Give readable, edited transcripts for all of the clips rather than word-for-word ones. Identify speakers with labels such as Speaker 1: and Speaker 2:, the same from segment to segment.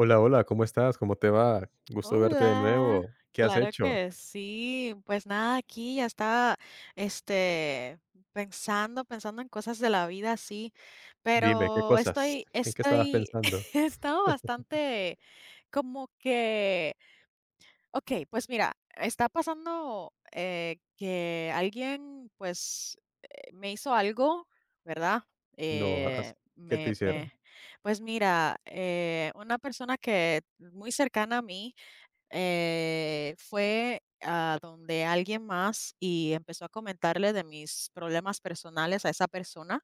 Speaker 1: Hola, hola, ¿cómo estás? ¿Cómo te va? Gusto verte de
Speaker 2: Hola,
Speaker 1: nuevo. ¿Qué has
Speaker 2: claro
Speaker 1: hecho?
Speaker 2: que sí. Pues nada, aquí ya estaba este pensando, pensando en cosas de la vida, sí,
Speaker 1: Dime, ¿qué
Speaker 2: pero
Speaker 1: cosas?
Speaker 2: estoy,
Speaker 1: ¿En qué estabas
Speaker 2: estoy,
Speaker 1: pensando?
Speaker 2: he estado bastante como que, ok, pues mira, está pasando que alguien pues me hizo algo, ¿verdad?
Speaker 1: No,
Speaker 2: Eh,
Speaker 1: has- ¿Qué te
Speaker 2: me,
Speaker 1: hicieron?
Speaker 2: me, pues mira, una persona que muy cercana a mí. Fue a donde alguien más y empezó a comentarle de mis problemas personales a esa persona,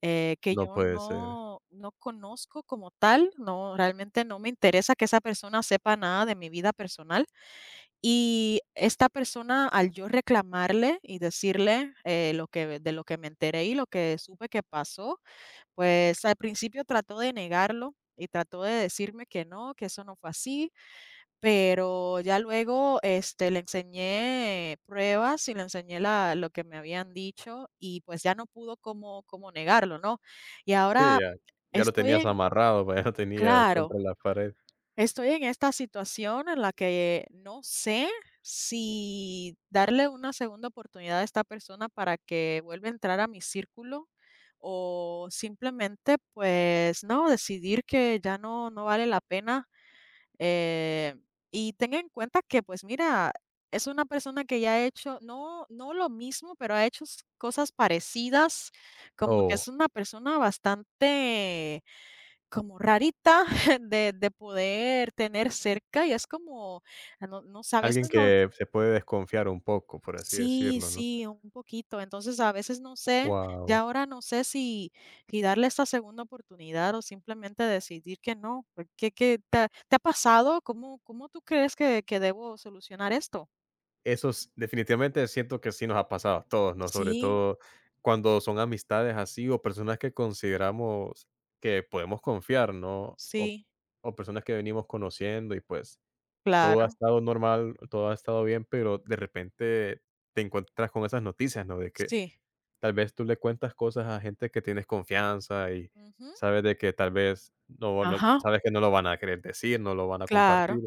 Speaker 2: que
Speaker 1: No
Speaker 2: yo
Speaker 1: puede ser.
Speaker 2: no conozco como tal, no, realmente no me interesa que esa persona sepa nada de mi vida personal. Y esta persona, al yo reclamarle y decirle, lo que de lo que me enteré y lo que supe que pasó, pues, al principio trató de negarlo y trató de decirme que no, que eso no fue así, pero ya luego, le enseñé pruebas y le enseñé la lo que me habían dicho y, pues, ya no pudo como negarlo, ¿no? Y
Speaker 1: Sí,
Speaker 2: ahora
Speaker 1: ya, ya lo
Speaker 2: estoy
Speaker 1: tenías
Speaker 2: en
Speaker 1: amarrado, ya lo tenías
Speaker 2: claro,
Speaker 1: contra la pared.
Speaker 2: estoy en esta situación en la que no sé si darle una segunda oportunidad a esta persona para que vuelva a entrar a mi círculo o simplemente, pues, no, decidir que ya no vale la pena eh, y tenga en cuenta que, pues mira, es una persona que ya ha hecho, no, no lo mismo, pero ha hecho cosas parecidas, como que
Speaker 1: Oh,
Speaker 2: es una persona bastante como rarita de poder tener cerca y es como, ah, no, no sé, a
Speaker 1: alguien
Speaker 2: veces no.
Speaker 1: que se puede desconfiar un poco, por así
Speaker 2: Sí,
Speaker 1: decirlo, ¿no?
Speaker 2: sí, un poquito. Entonces, a veces no sé, ya
Speaker 1: Wow.
Speaker 2: ahora no sé si, si darle esta segunda oportunidad o simplemente decidir que no. ¿Qué, qué te ha pasado? ¿Cómo, cómo tú crees que debo solucionar esto?
Speaker 1: Eso s Definitivamente siento que sí nos ha pasado a todos, ¿no? Sobre
Speaker 2: Sí,
Speaker 1: todo cuando son amistades así o personas que consideramos que podemos confiar, ¿no? O
Speaker 2: sí,
Speaker 1: o personas que venimos conociendo y, pues, todo ha
Speaker 2: claro,
Speaker 1: estado normal, todo ha estado bien, pero de repente te encuentras con esas noticias, ¿no? De que
Speaker 2: sí.
Speaker 1: tal vez tú le cuentas cosas a gente que tienes confianza y
Speaker 2: Ujú.
Speaker 1: sabes de que tal vez no
Speaker 2: Ajá,
Speaker 1: sabes que no lo van a querer decir, no lo van a compartir.
Speaker 2: claro,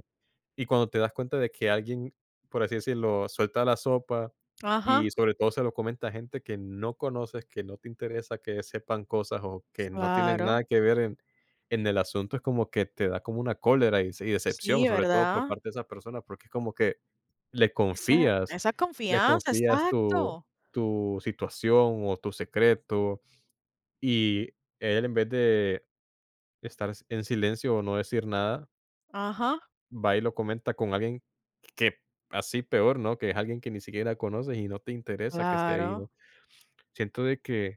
Speaker 1: Y cuando te das cuenta de que alguien, por así decirlo, suelta la sopa
Speaker 2: ajá,
Speaker 1: y sobre todo se lo comenta a gente que no conoces, que no te interesa que sepan cosas o que no tienen
Speaker 2: claro.
Speaker 1: nada que ver en el asunto, es como que te da como una cólera y decepción,
Speaker 2: Sí,
Speaker 1: sobre todo por
Speaker 2: ¿verdad?
Speaker 1: parte de esa persona, porque es como que le
Speaker 2: Esa,
Speaker 1: confías
Speaker 2: esa
Speaker 1: le
Speaker 2: confianza,
Speaker 1: confías tu
Speaker 2: exacto.
Speaker 1: tu situación o tu secreto, y él en vez de estar en silencio o no decir nada
Speaker 2: Ajá,
Speaker 1: va y lo comenta con alguien que así peor, ¿no? Que es alguien que ni siquiera conoces y no te interesa que esté ahí,
Speaker 2: claro.
Speaker 1: ¿no? Siento de que,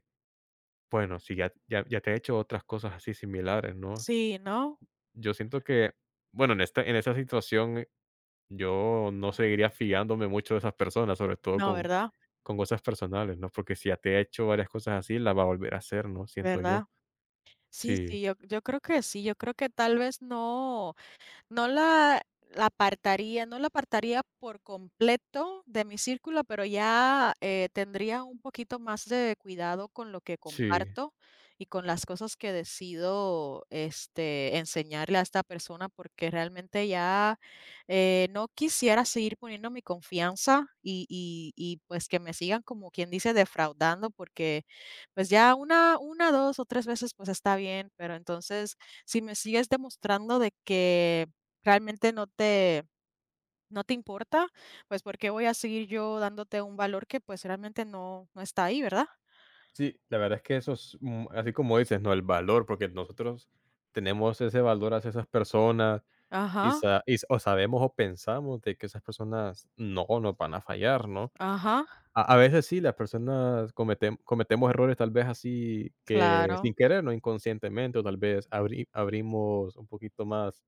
Speaker 1: bueno, si ya ya te he hecho otras cosas así similares, ¿no?
Speaker 2: Sí, no,
Speaker 1: Yo siento que, bueno, en esa situación yo no seguiría fiándome mucho de esas personas, sobre todo
Speaker 2: no, ¿verdad?
Speaker 1: con cosas personales, ¿no? Porque si ya te ha hecho varias cosas así, la va a volver a hacer, ¿no? Siento yo.
Speaker 2: ¿Verdad? Sí,
Speaker 1: Sí,
Speaker 2: sí, yo creo que sí, yo creo que tal vez no, no la la apartaría, no la apartaría por completo de mi círculo, pero ya, tendría un poquito más de cuidado con lo que
Speaker 1: sí.
Speaker 2: comparto y con las cosas que decido, enseñarle a esta persona, porque realmente ya, no quisiera seguir poniendo mi confianza y, pues, que me sigan, como quien dice, defraudando, porque, pues, ya una, 2 o 3 veces, pues, está bien, pero entonces, si me sigues demostrando de que realmente no te no te importa, pues, porque voy a seguir yo dándote un valor que, pues, realmente no está ahí, ¿verdad?
Speaker 1: Sí, la verdad es que eso es, así como dices, ¿no? El valor, porque nosotros tenemos ese valor hacia esas personas y,
Speaker 2: Ajá,
Speaker 1: o sabemos o pensamos de que esas personas no nos van a fallar, ¿no?
Speaker 2: ajá,
Speaker 1: A veces sí, las personas cometemos errores tal vez así que sin
Speaker 2: claro,
Speaker 1: querer, ¿no? Inconscientemente, o tal vez abrimos un poquito más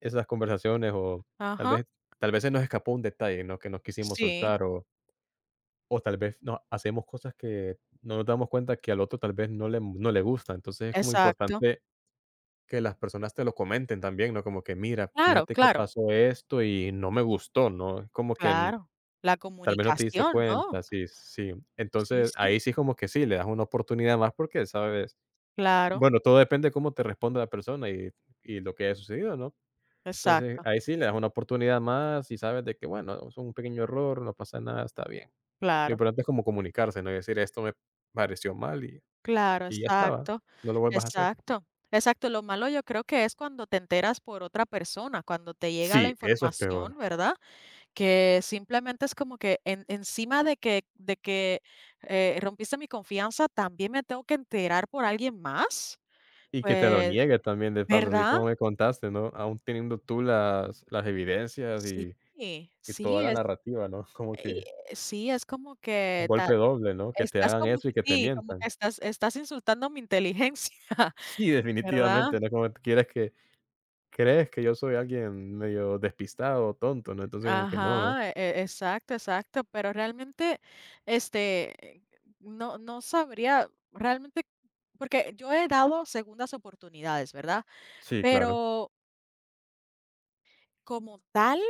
Speaker 1: esas conversaciones o tal
Speaker 2: ajá,
Speaker 1: vez, tal vez se nos escapó un detalle, ¿no? Que nos quisimos
Speaker 2: sí,
Speaker 1: soltar o tal vez no hacemos cosas que no nos damos cuenta que al otro tal vez no le gusta. Entonces, es como
Speaker 2: exacto.
Speaker 1: importante que las personas te lo comenten también, ¿no? Como que: "Mira,
Speaker 2: Claro,
Speaker 1: fíjate que
Speaker 2: claro,
Speaker 1: pasó esto y no me gustó", ¿no? Es como que n
Speaker 2: claro. La
Speaker 1: Tal vez no te diste
Speaker 2: comunicación, ¿no?
Speaker 1: cuenta. Sí, sí.
Speaker 2: Sí,
Speaker 1: Entonces,
Speaker 2: sí,
Speaker 1: ahí sí como que sí, le das una oportunidad más porque sabes
Speaker 2: claro,
Speaker 1: bueno, todo depende de cómo te responde la persona y lo que haya sucedido, ¿no? Entonces,
Speaker 2: exacto,
Speaker 1: ahí sí le das una oportunidad más y sabes de que, bueno, es un pequeño error, no pasa nada, está bien. Lo
Speaker 2: claro,
Speaker 1: importante es como comunicarse, ¿no? Y decir: "Esto me pareció mal",
Speaker 2: claro,
Speaker 1: y ya estaba,
Speaker 2: exacto,
Speaker 1: no lo vuelvas a hacer.
Speaker 2: exacto, exacto. Lo malo yo creo que es cuando te enteras por otra persona, cuando te llega la
Speaker 1: Sí, eso es
Speaker 2: información,
Speaker 1: peor.
Speaker 2: ¿verdad? Que simplemente es como que en encima de que, rompiste mi confianza, también me tengo que enterar por alguien más,
Speaker 1: Y que te lo
Speaker 2: pues,
Speaker 1: niegue también de paso, así
Speaker 2: ¿verdad?
Speaker 1: como me contaste, ¿no? Aún teniendo tú las evidencias
Speaker 2: Sí,
Speaker 1: y toda
Speaker 2: sí,
Speaker 1: la
Speaker 2: es
Speaker 1: narrativa, ¿no? Como
Speaker 2: y
Speaker 1: que
Speaker 2: sí, es como
Speaker 1: un
Speaker 2: que ta
Speaker 1: golpe doble, ¿no? Que te
Speaker 2: estás
Speaker 1: hagan
Speaker 2: como
Speaker 1: eso y
Speaker 2: que
Speaker 1: que te
Speaker 2: sí, como
Speaker 1: mientan.
Speaker 2: que estás insultando mi inteligencia,
Speaker 1: Sí,
Speaker 2: ¿verdad?
Speaker 1: definitivamente, ¿no? Como quieres que crees que yo soy alguien medio despistado o tonto, ¿no? Entonces, como que no, ¿no?
Speaker 2: Ajá, exacto, exacto, pero realmente, este, no no sabría realmente porque yo he dado segundas oportunidades, ¿verdad?
Speaker 1: Sí, claro,
Speaker 2: Pero como tal,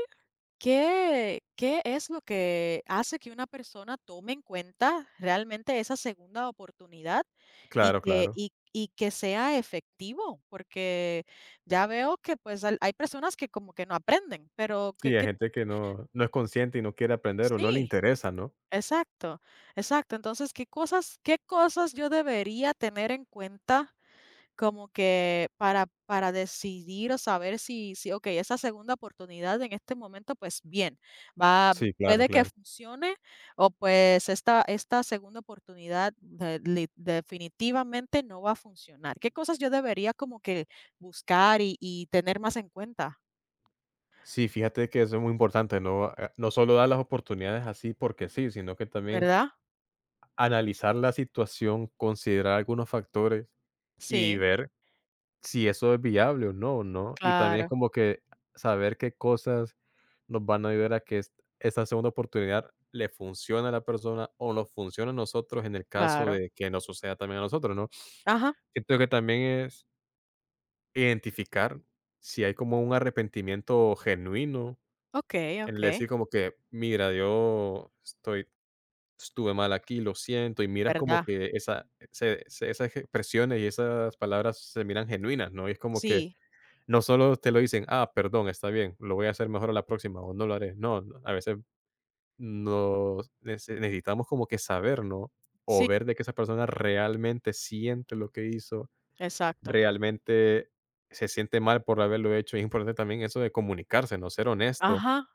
Speaker 2: ¿qué qué es lo que hace que una persona tome en cuenta realmente esa segunda oportunidad y
Speaker 1: claro,
Speaker 2: que
Speaker 1: claro.
Speaker 2: y que sea efectivo? Porque ya veo que, pues, al hay personas que como que no aprenden, pero
Speaker 1: Sí, hay
Speaker 2: que tú
Speaker 1: gente que no es consciente y no quiere aprender o no le
Speaker 2: sí,
Speaker 1: interesa, ¿no?
Speaker 2: exacto, exacto. Entonces, qué cosas yo debería tener en cuenta como que para decidir o saber si si, okey, esa segunda oportunidad en este momento, pues bien, va
Speaker 1: Sí, claro,
Speaker 2: puede que
Speaker 1: claro.
Speaker 2: funcione o pues esta esta segunda oportunidad de li definitivamente no va a funcionar. ¿Qué cosas yo debería como que buscar y tener más en cuenta,
Speaker 1: Sí, fíjate que eso es muy importante, no, no solo dar las oportunidades así porque sí, sino que también
Speaker 2: ¿verdad?
Speaker 1: analizar la situación, considerar algunos factores y
Speaker 2: Sí,
Speaker 1: ver si eso es viable o no, ¿no? Y también es
Speaker 2: claro,
Speaker 1: como que saber qué cosas nos van a ayudar a que esta segunda oportunidad le funcione a la persona o nos funcione a nosotros en el caso
Speaker 2: claro.
Speaker 1: de que nos suceda también a nosotros, ¿no?
Speaker 2: Ajá,
Speaker 1: Siento que también es identificar si hay como un arrepentimiento genuino
Speaker 2: okey,
Speaker 1: en el
Speaker 2: okey,
Speaker 1: decir como que: "Mira, yo estoy estuve mal aquí, lo siento", y miras como
Speaker 2: ¿verdad?
Speaker 1: que esa se se esas expresiones y esas palabras se miran genuinas, ¿no? Y es como que
Speaker 2: Sí,
Speaker 1: no solo te lo dicen: "Ah, perdón, está bien, lo voy a hacer mejor a la próxima o no lo haré". No, no, a veces nos nece necesitamos como que saber, ¿no? O
Speaker 2: sí,
Speaker 1: ver de que esa persona realmente siente lo que hizo,
Speaker 2: exacto.
Speaker 1: realmente se siente mal por haberlo hecho. Y es importante también eso de comunicarse, ¿no? Ser honesto.
Speaker 2: Ajá,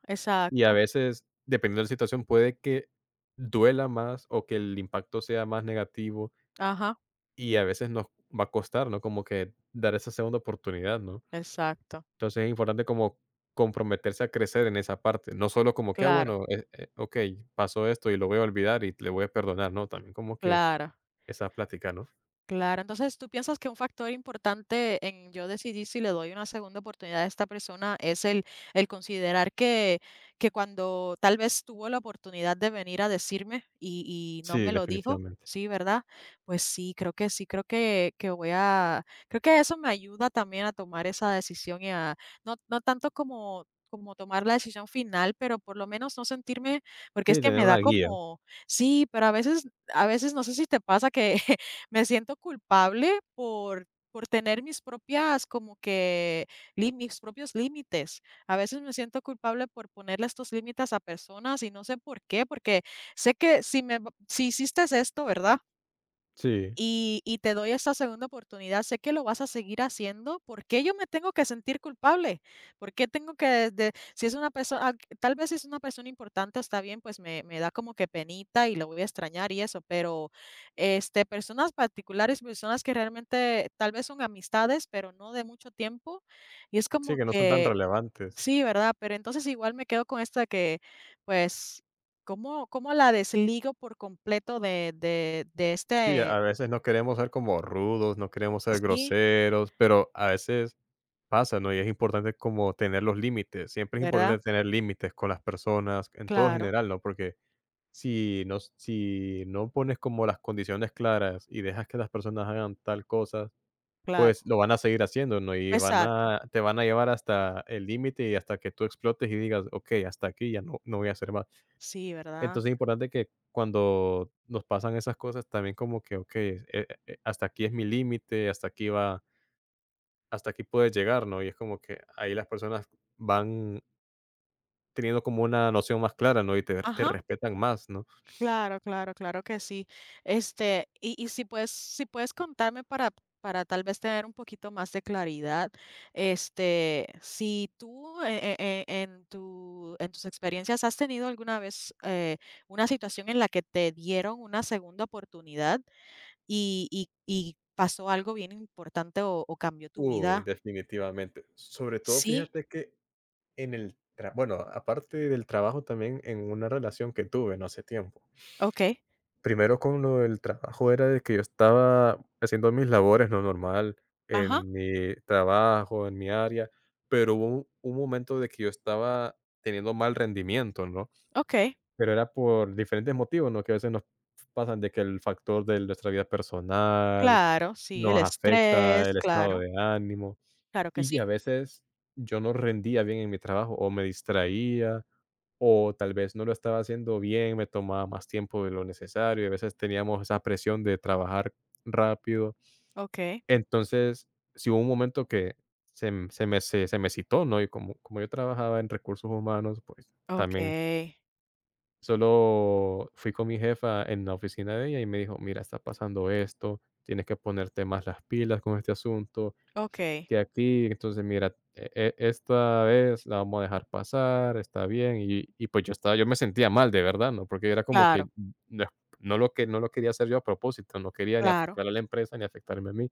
Speaker 1: Y a
Speaker 2: exacto,
Speaker 1: veces, dependiendo de la situación, puede que duela más o que el impacto sea más negativo
Speaker 2: ajá,
Speaker 1: y a veces nos va a costar, ¿no? Como que dar esa segunda oportunidad, ¿no?
Speaker 2: exacto,
Speaker 1: Entonces es importante como comprometerse a crecer en esa parte, no solo como que, ah,
Speaker 2: claro.
Speaker 1: bueno, ok, pasó esto y lo voy a olvidar y le voy a perdonar, ¿no? También como que
Speaker 2: Claro,
Speaker 1: esa plática, ¿no?
Speaker 2: claro. Entonces, ¿tú piensas que un factor importante en yo decidir si le doy una segunda oportunidad a esta persona es el considerar que cuando tal vez tuvo la oportunidad de venir a decirme y no
Speaker 1: Sí,
Speaker 2: me lo dijo?
Speaker 1: definitivamente.
Speaker 2: Sí, ¿verdad? Pues sí, creo que voy a, creo que eso me ayuda también a tomar esa decisión y a, no, no tanto como, como tomar la decisión final, pero por lo menos no sentirme, porque es
Speaker 1: Sí,
Speaker 2: que
Speaker 1: tener
Speaker 2: me
Speaker 1: una
Speaker 2: da
Speaker 1: guía.
Speaker 2: como, sí, pero a veces no sé si te pasa que me siento culpable por tener mis propias como que mis propios límites. A veces me siento culpable por ponerle estos límites a personas y no sé por qué, porque sé que si si hiciste esto, ¿verdad?
Speaker 1: Sí,
Speaker 2: Y, y te doy esa segunda oportunidad, sé que lo vas a seguir haciendo, ¿por qué yo me tengo que sentir culpable? ¿Por qué tengo que, si es una persona, tal vez si es una persona importante, está bien, pues me da como que penita y lo voy a extrañar y eso, pero personas particulares, personas que realmente tal vez son amistades, pero no de mucho tiempo, y es
Speaker 1: sí,
Speaker 2: como
Speaker 1: que no son tan
Speaker 2: que,
Speaker 1: relevantes.
Speaker 2: sí, ¿verdad? Pero entonces igual me quedo con esta que, pues... ¿Cómo, cómo la desligo por completo de
Speaker 1: Sí, a veces no queremos ser como rudos, no queremos ser
Speaker 2: sí,
Speaker 1: groseros, pero a veces pasa, ¿no? Y es importante como tener los límites. Siempre es importante
Speaker 2: ¿verdad?
Speaker 1: tener límites con las personas, en todo
Speaker 2: Claro,
Speaker 1: general, ¿no? Porque si no, si no pones como las condiciones claras y dejas que las personas hagan tal cosa,
Speaker 2: claro.
Speaker 1: pues lo van a seguir haciendo, ¿no? Y van
Speaker 2: Exacto.
Speaker 1: a, te van a llevar hasta el límite y hasta que tú explotes y digas, ok, hasta aquí ya no, no voy a hacer más.
Speaker 2: Sí, ¿verdad?
Speaker 1: Entonces es importante que cuando nos pasan esas cosas también como que, okey, hasta aquí es mi límite, hasta aquí puedes llegar, ¿no? Y es como que ahí las personas van teniendo como una noción más clara, ¿no? Y te
Speaker 2: Ajá,
Speaker 1: respetan más, ¿no?
Speaker 2: claro, claro, claro que sí. Y si puedes, si puedes contarme para tal vez tener un poquito más de claridad, si tú en tu, en tus experiencias has tenido alguna vez una situación en la que te dieron una segunda oportunidad y pasó algo bien importante o cambió tu
Speaker 1: Uy,
Speaker 2: vida.
Speaker 1: definitivamente. Sobre todo,
Speaker 2: Sí,
Speaker 1: fíjate que en el tra bueno, aparte del trabajo, también en una relación que tuve, ¿no? Hace tiempo.
Speaker 2: ok.
Speaker 1: Primero con lo del trabajo era de que yo estaba haciendo mis labores, lo normal,
Speaker 2: Ajá,
Speaker 1: en mi trabajo, en mi área, pero hubo un momento de que yo estaba teniendo mal rendimiento, ¿no?
Speaker 2: ok.
Speaker 1: Pero era por diferentes motivos, ¿no? Que a veces nos pasan de que el factor de nuestra vida personal
Speaker 2: Claro, sí, el
Speaker 1: nos afecta
Speaker 2: estrés,
Speaker 1: el estado
Speaker 2: claro,
Speaker 1: de ánimo
Speaker 2: claro que
Speaker 1: y
Speaker 2: sí.
Speaker 1: a veces yo no rendía bien en mi trabajo o me distraía o tal vez no lo estaba haciendo bien, me tomaba más tiempo de lo necesario, y a veces teníamos esa presión de trabajar rápido.
Speaker 2: Okey,
Speaker 1: Entonces, si hubo un momento que se m se me se se me citó, ¿no? Y como yo trabajaba en recursos humanos, pues, también
Speaker 2: okey,
Speaker 1: solo fui con mi jefa en la oficina de ella y me dijo: "Mira, está pasando esto, tienes que ponerte más las pilas con este asunto"
Speaker 2: okey,
Speaker 1: que aquí, entonces mira, esta vez la vamos a dejar pasar, está bien, y pues yo estaba yo me sentía mal, de verdad, ¿no? Porque era como
Speaker 2: claro,
Speaker 1: que no no lo que no lo quería hacer yo a propósito, no quería ni
Speaker 2: claro,
Speaker 1: afectar a la empresa ni afectarme a mí.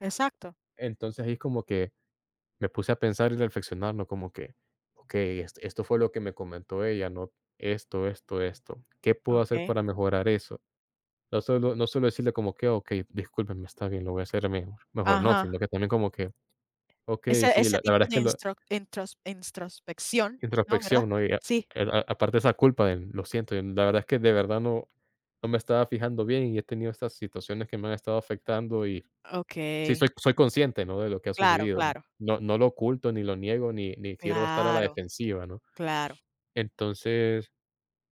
Speaker 2: exacto,
Speaker 1: Entonces ahí como que me puse a pensar y reflexionar, ¿no? Como que, okey, es esto fue lo que me comentó ella, ¿no? Esto, esto, esto. ¿Qué puedo hacer
Speaker 2: okey,
Speaker 1: para mejorar eso? No solo decirle como que: "Okey, discúlpeme, está bien, lo voy a hacer mejor", mejor no,
Speaker 2: ajá,
Speaker 1: sino que también como que: "Okey,
Speaker 2: ese
Speaker 1: sí,
Speaker 2: ese
Speaker 1: la
Speaker 2: tipo
Speaker 1: verdad es
Speaker 2: de
Speaker 1: que lo
Speaker 2: instro intros introspección, ¿no?, ¿verdad?
Speaker 1: introspección, ¿no?
Speaker 2: Sí,
Speaker 1: A aparte esa culpa del: "Lo siento, y la verdad es que de verdad no me estaba fijando bien y he tenido estas situaciones que me han estado afectando", y sí
Speaker 2: okey,
Speaker 1: soy consciente, ¿no?, de lo que ha
Speaker 2: claro,
Speaker 1: sucedido, ¿no?
Speaker 2: claro,
Speaker 1: No lo oculto, ni lo niego, ni quiero estar a la
Speaker 2: claro,
Speaker 1: defensiva, ¿no?
Speaker 2: claro.
Speaker 1: Entonces,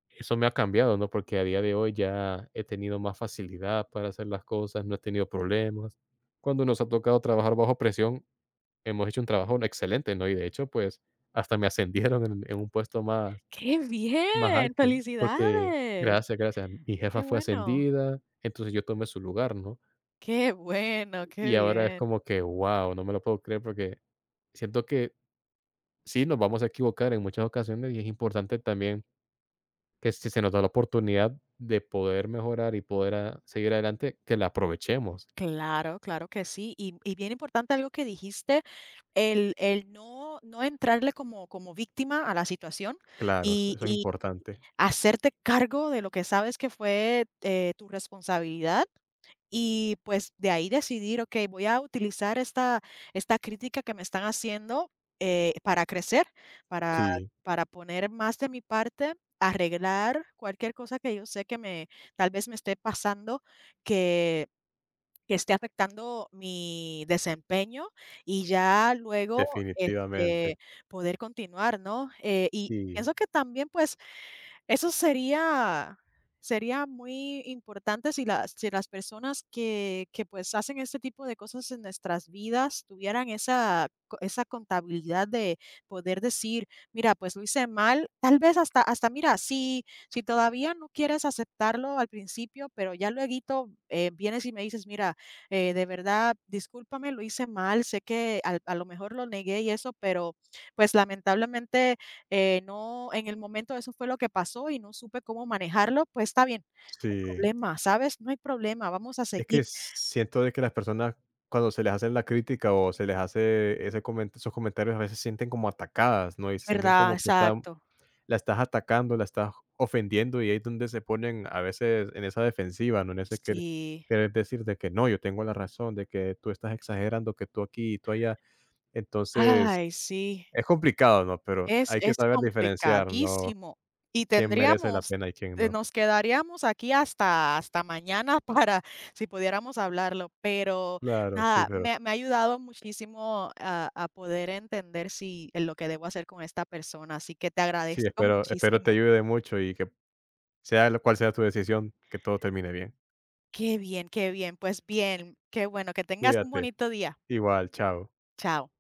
Speaker 1: eso me ha cambiado, ¿no? Porque a día de hoy ya he tenido más facilidad para hacer las cosas, no he tenido problemas. Cuando nos ha tocado trabajar bajo presión, hemos hecho un trabajo excelente, ¿no? Y de hecho, pues, hasta me ascendieron en un puesto
Speaker 2: ¡Qué
Speaker 1: más
Speaker 2: bien!
Speaker 1: alto, porque
Speaker 2: ¡Felicidades!
Speaker 1: gracias, gracias. Mi jefa
Speaker 2: Qué
Speaker 1: fue
Speaker 2: bueno,
Speaker 1: ascendida, entonces yo tomé su lugar, ¿no?
Speaker 2: qué bueno, qué
Speaker 1: Y ahora es
Speaker 2: bien.
Speaker 1: como que, wow, no me lo puedo creer porque siento que sí, nos vamos a equivocar en muchas ocasiones y es importante también que si se nos da la oportunidad de poder mejorar y poder seguir adelante, que la aprovechemos.
Speaker 2: Claro, claro que sí. Y bien importante algo que dijiste. El no entrarle como como víctima a la situación
Speaker 1: Claro, eso es
Speaker 2: y
Speaker 1: importante.
Speaker 2: hacerte cargo de lo que sabes que fue, tu responsabilidad y, pues, de ahí decidir: "Okey, voy a utilizar esta esta crítica que me están haciendo, para crecer, para
Speaker 1: Sí,
Speaker 2: para poner más de mi parte, arreglar cualquier cosa que yo sé que me tal vez me esté pasando que". Que esté afectando mi desempeño y ya luego,
Speaker 1: definitivamente.
Speaker 2: poder continuar, ¿no? Y
Speaker 1: Sí.
Speaker 2: pienso que también, pues, eso sería sería muy importante si las si las personas que, pues, hacen este tipo de cosas en nuestras vidas tuvieran esa co esa contabilidad de poder decir: "Mira, pues, lo hice mal". Tal vez hasta hasta mira, si si todavía no quieres aceptarlo al principio, pero ya lueguito, vienes y me dices: "Mira, de verdad, discúlpame, lo hice mal, sé que al a lo mejor lo negué y eso, pero, pues, lamentablemente no, en el momento eso fue lo que pasó y no supe cómo manejarlo, pues está bien, no hay
Speaker 1: Sí.
Speaker 2: problema, ¿sabes? No hay problema, vamos a
Speaker 1: Es
Speaker 2: seguir,
Speaker 1: que siento de que las personas cuando se les hace la crítica o se les hace ese comen esos comentarios a veces sienten como atacadas, ¿no? Y se sienten
Speaker 2: ¿verdad?
Speaker 1: como que están
Speaker 2: Exacto.
Speaker 1: la estás atacando, la estás ofendiendo y ahí es donde se ponen a veces en esa defensiva, ¿no? En ese quer
Speaker 2: Sí.
Speaker 1: Querer decir de que no, yo tengo la razón, de que tú estás exagerando, que tú aquí y tú allá. Entonces,
Speaker 2: Ay, sí,
Speaker 1: es complicado, ¿no? Pero hay que
Speaker 2: es
Speaker 1: saber diferenciar, ¿no?
Speaker 2: complicadísimo y
Speaker 1: Quién merece la
Speaker 2: tendríamos
Speaker 1: pena y quién no.
Speaker 2: nos quedaríamos aquí hasta hasta mañana para si pudiéramos hablarlo, pero
Speaker 1: Claro, sí,
Speaker 2: nada,
Speaker 1: pero
Speaker 2: me me ha ayudado muchísimo a poder entender si lo que debo hacer con esta persona, así que te
Speaker 1: sí,
Speaker 2: agradezco
Speaker 1: espero te
Speaker 2: muchísimo.
Speaker 1: ayude mucho y que sea lo cual sea tu decisión, que todo termine bien.
Speaker 2: Qué bien, qué bien. Pues bien, qué bueno. Que tengas un
Speaker 1: Cuídate.
Speaker 2: bonito día.
Speaker 1: Igual, chao.
Speaker 2: Chao.